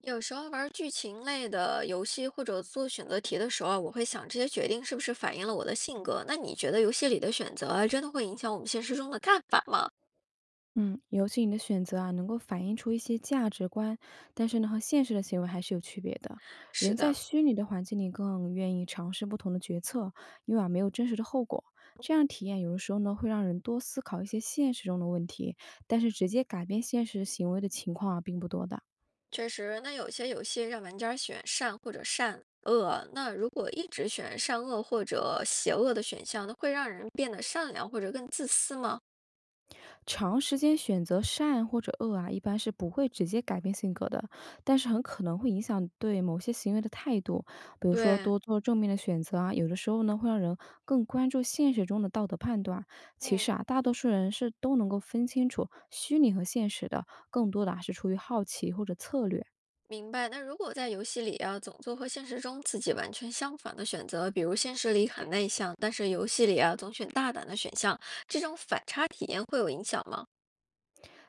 有时候玩剧情类的游戏或者做选择题的时候啊我会想这些决定是不是反映了我的性格？那你觉得游戏里的选择啊真的会影响我们现实中的看法吗？嗯，尤其你的选择啊，能够反映出一些价值观，但是呢，和现实的行为还是有区别的。是人在的，虚拟的环境里更愿意尝试不同的决策，因为啊没有真实的后果。这样体验有的时候呢，会让人多思考一些现实中的问题，但是直接改变现实行为的情况啊，并不多的。确实。那有些游戏让玩家选善或者善恶，那如果一直选善恶或者邪恶的选项，那会让人变得善良或者更自私吗？长时间选择善或者恶啊，一般是不会直接改变性格的，但是很可能会影响对某些行为的态度。比如说，对，多做正面的选择啊，有的时候呢会让人更关注现实中的道德判断。其嗯。实啊，大多数人是都能够分清楚虚拟和现实的，更多的啊是出于好奇或者策略。明白。那如果在游戏里啊，总做和现实中自己完全相反的选择，比如现实里很内向，但是游戏里啊总选大胆的选项，这种反差体验会有影响吗？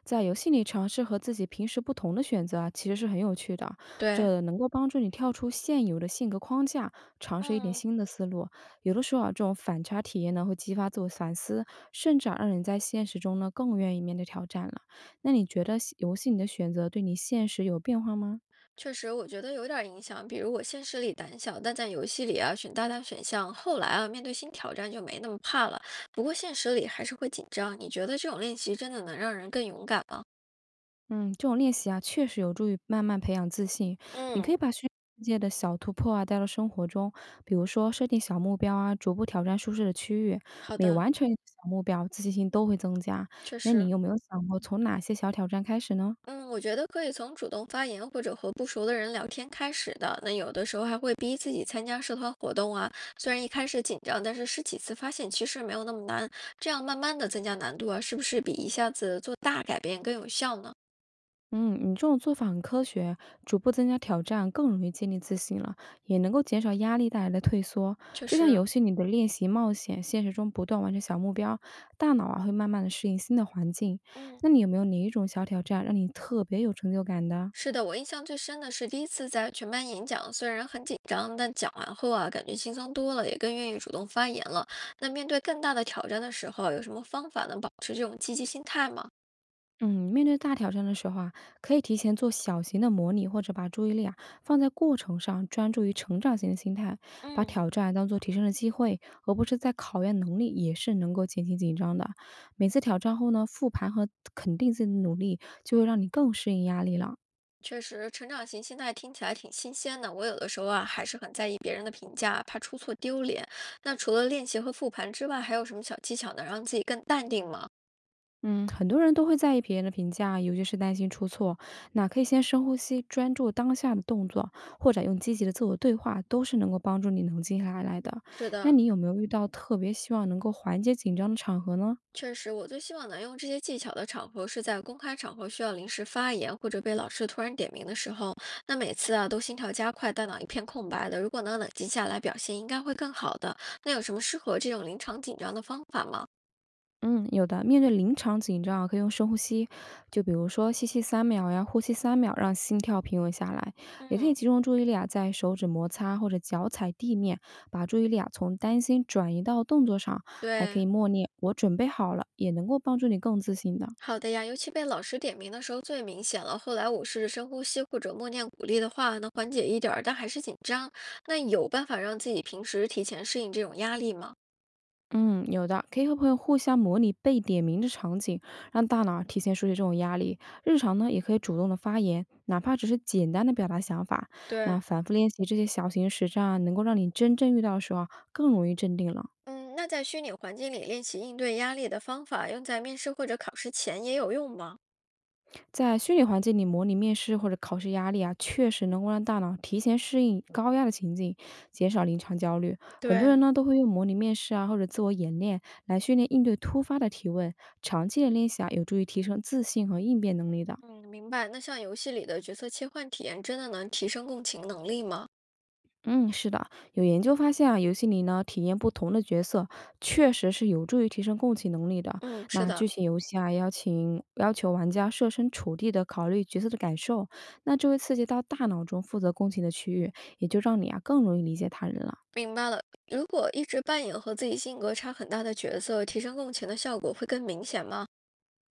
在游戏里尝试和自己平时不同的选择啊，其实是很有趣的啊。对，这能够帮助你跳出现有的性格框架，尝试一点嗯，新的思路。有的时候啊，这种反差体验呢，会激发自我反思，甚至啊，让人在现实中呢更愿意面对挑战了。那你觉得游戏里的选择对你现实有变化吗？确实，我觉得有点儿影响。比如我现实里胆小，但在游戏里啊选大胆选项，后来啊面对新挑战就没那么怕了。不过现实里还是会紧张。你觉得这种练习真的能让人更勇敢吗？嗯，这种练习啊，确实有助于慢慢培养自信。你可以嗯，把虚拟世界的小突破啊带到生活中，比如说设定小目标啊，逐步挑战舒适的区域。好每的，完成一个小目标，自信心都会增加。确那你实。有没有想过从哪些小挑战开始呢？嗯，我觉得可以从主动发言或者和不熟的人聊天开始的。那有的时候还会逼自己参加社团活动啊，虽然一开始紧张，但是试几次发现其实没有那么难。这样慢慢的增加难度啊，是不是比一下子做大改变更有效呢？嗯，你这种做法很科学，逐步增加挑战，更容易建立自信了，也能够减少压力带来的退缩。确就像实，游戏里的练习冒险，现实中不断完成小目标，大脑啊会慢慢的适应新的环境。嗯，那你有没有哪一种小挑战让你特别有成就感的？是的，我印象最深的是第一次在全班演讲，虽然很紧张，但讲完后啊，感觉轻松多了，也更愿意主动发言了。那面对更大的挑战的时候啊，有什么方法能保持这种积极心态吗？嗯，面对大挑战的时候啊，可以提前做小型的模拟，或者把注意力啊放在过程上，专注于成长型的心态，把嗯。挑战啊当做提升的机会，而不是在考验能力，也是能够减轻紧张的。每次挑战后呢，复盘和肯定自己的努力，就会让你更适应压力了。确实，成长型心态听起来挺新鲜的。我有的时候啊，还是很在意别人的评价，怕出错丢脸。那除了练习和复盘之外，还有什么小技巧能让自己更淡定吗？嗯，很多人都会在意别人的评价，尤其是担心出错。那可以先深呼吸，专注当下的动作，或者用积极的自我对话，都是能够帮助你冷静下来的。是那的，你有没有遇到特别希望能够缓解紧张的场合呢？确实，我最希望能用这些技巧的场合是在公开场合需要临时发言或者被老师突然点名的时候。那每次啊，都心跳加快，大脑一片空白的。如果能冷静下来，表现应该会更好的。那有什么适合这种临场紧张的方法吗？嗯，有的。面对临场紧张啊可以用深呼吸，就比如说吸气三秒呀，呼吸三秒，让心跳平稳下来。也可以嗯，集中注意力啊，在手指摩擦或者脚踩地面，把注意力啊从担心转移到动作上。还可对。以默念“我准备好了”，也能够帮助你更自信的。好的呀，尤其被老师点名的时候最明显了。后来我试着深呼吸或者默念鼓励的话，能缓解一点儿，但还是紧张。那有办法让自己平时提前适应这种压力吗？嗯，有的，可以和朋友互相模拟被点名的场景，让大脑提前熟悉这种压力。日常呢，也可以主动的发言，哪怕只是简单的表达想法。那对，反复练习这些小型实战啊，能够让你真正遇到的时候啊，更容易镇定了。嗯，那在虚拟环境里练习应对压力的方法，用在面试或者考试前也有用吗？在虚拟环境里模拟面试或者考试压力啊，确实能够让大脑提前适应高压的情境，减少临场焦虑。很多人对，呢，都会用模拟面试啊，或者自我演练来训练应对突发的提问。长期的练习啊，有助于提升自信和应变能力的。嗯，明白。那像游戏里的角色切换体验，真的能提升共情能力吗？嗯，是的，有研究发现啊，游戏里呢体验不同的角色，确实是有助于提升共情能力的。嗯，是那的，剧情游戏啊，邀请要求玩家设身处地的考虑角色的感受，那就会刺激到大脑中负责共情的区域，也就让你啊更容易理解他人了。明白了。如果一直扮演和自己性格差很大的角色，提升共情的效果会更明显吗？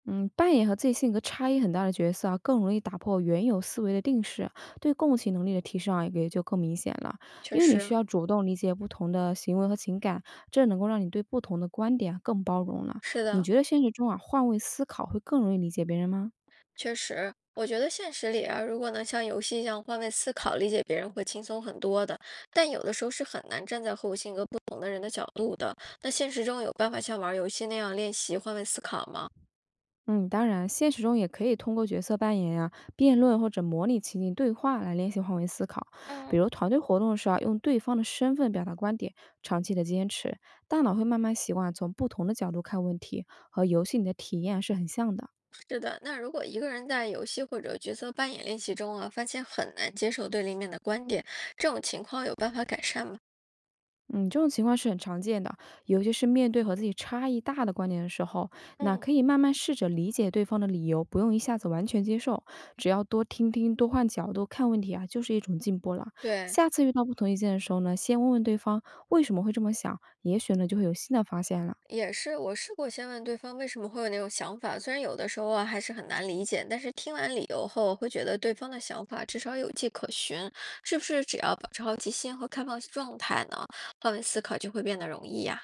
嗯，扮演和自己性格差异很大的角色啊，更容易打破原有思维的定式，对共情能力的提升啊，也就更明显了。确因为你实，需要主动理解不同的行为和情感，这能够让你对不同的观点啊更包容了。是你的，觉得现实中啊，换位思考会更容易理解别人吗？确实，我觉得现实里啊，如果能像游戏一样换位思考，理解别人会轻松很多的。但有的时候是很难站在和我性格不同的人的角度的。那现实中有办法像玩儿游戏那样练习换位思考吗？嗯，当然，现实中也可以通过角色扮演呀、辩论或者模拟情景对话来练习换位思考。嗯，比如团队活动时啊，用对方的身份表达观点，长期的坚持，大脑会慢慢习惯从不同的角度看问题，和游戏里的体验是很像的。是的，那如果一个人在游戏或者角色扮演练习中啊，发现很难接受对立面的观点，这种情况有办法改善吗？嗯，这种情况是很常见的，尤其是面对和自己差异大的观点的时候，那嗯，可以慢慢试着理解对方的理由，不用一下子完全接受，只要多听听、多换角度看问题啊，就是一种进步了。对，下次遇到不同意见的时候呢，先问问对方为什么会这么想，也许呢就会有新的发现了。也是，我试过先问对方为什么会有那种想法，虽然有的时候啊还是很难理解，但是听完理由后，会觉得对方的想法至少有迹可循，是不是只要保持好奇心和开放状态呢，换位思考就会变得容易呀？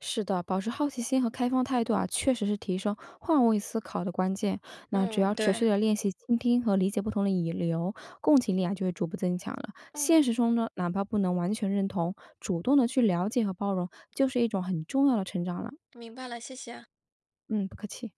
是的，保持好奇心和开放态度啊，确实是提升换位思考的关键。那只嗯，要持对，续的练习倾听和理解不同的引流，共情力啊就会逐步增强了。现嗯，实中呢，哪怕不能完全认同，主动的去了解和包容，就是一种很重要的成长了。明白了，谢谢。嗯，不客气。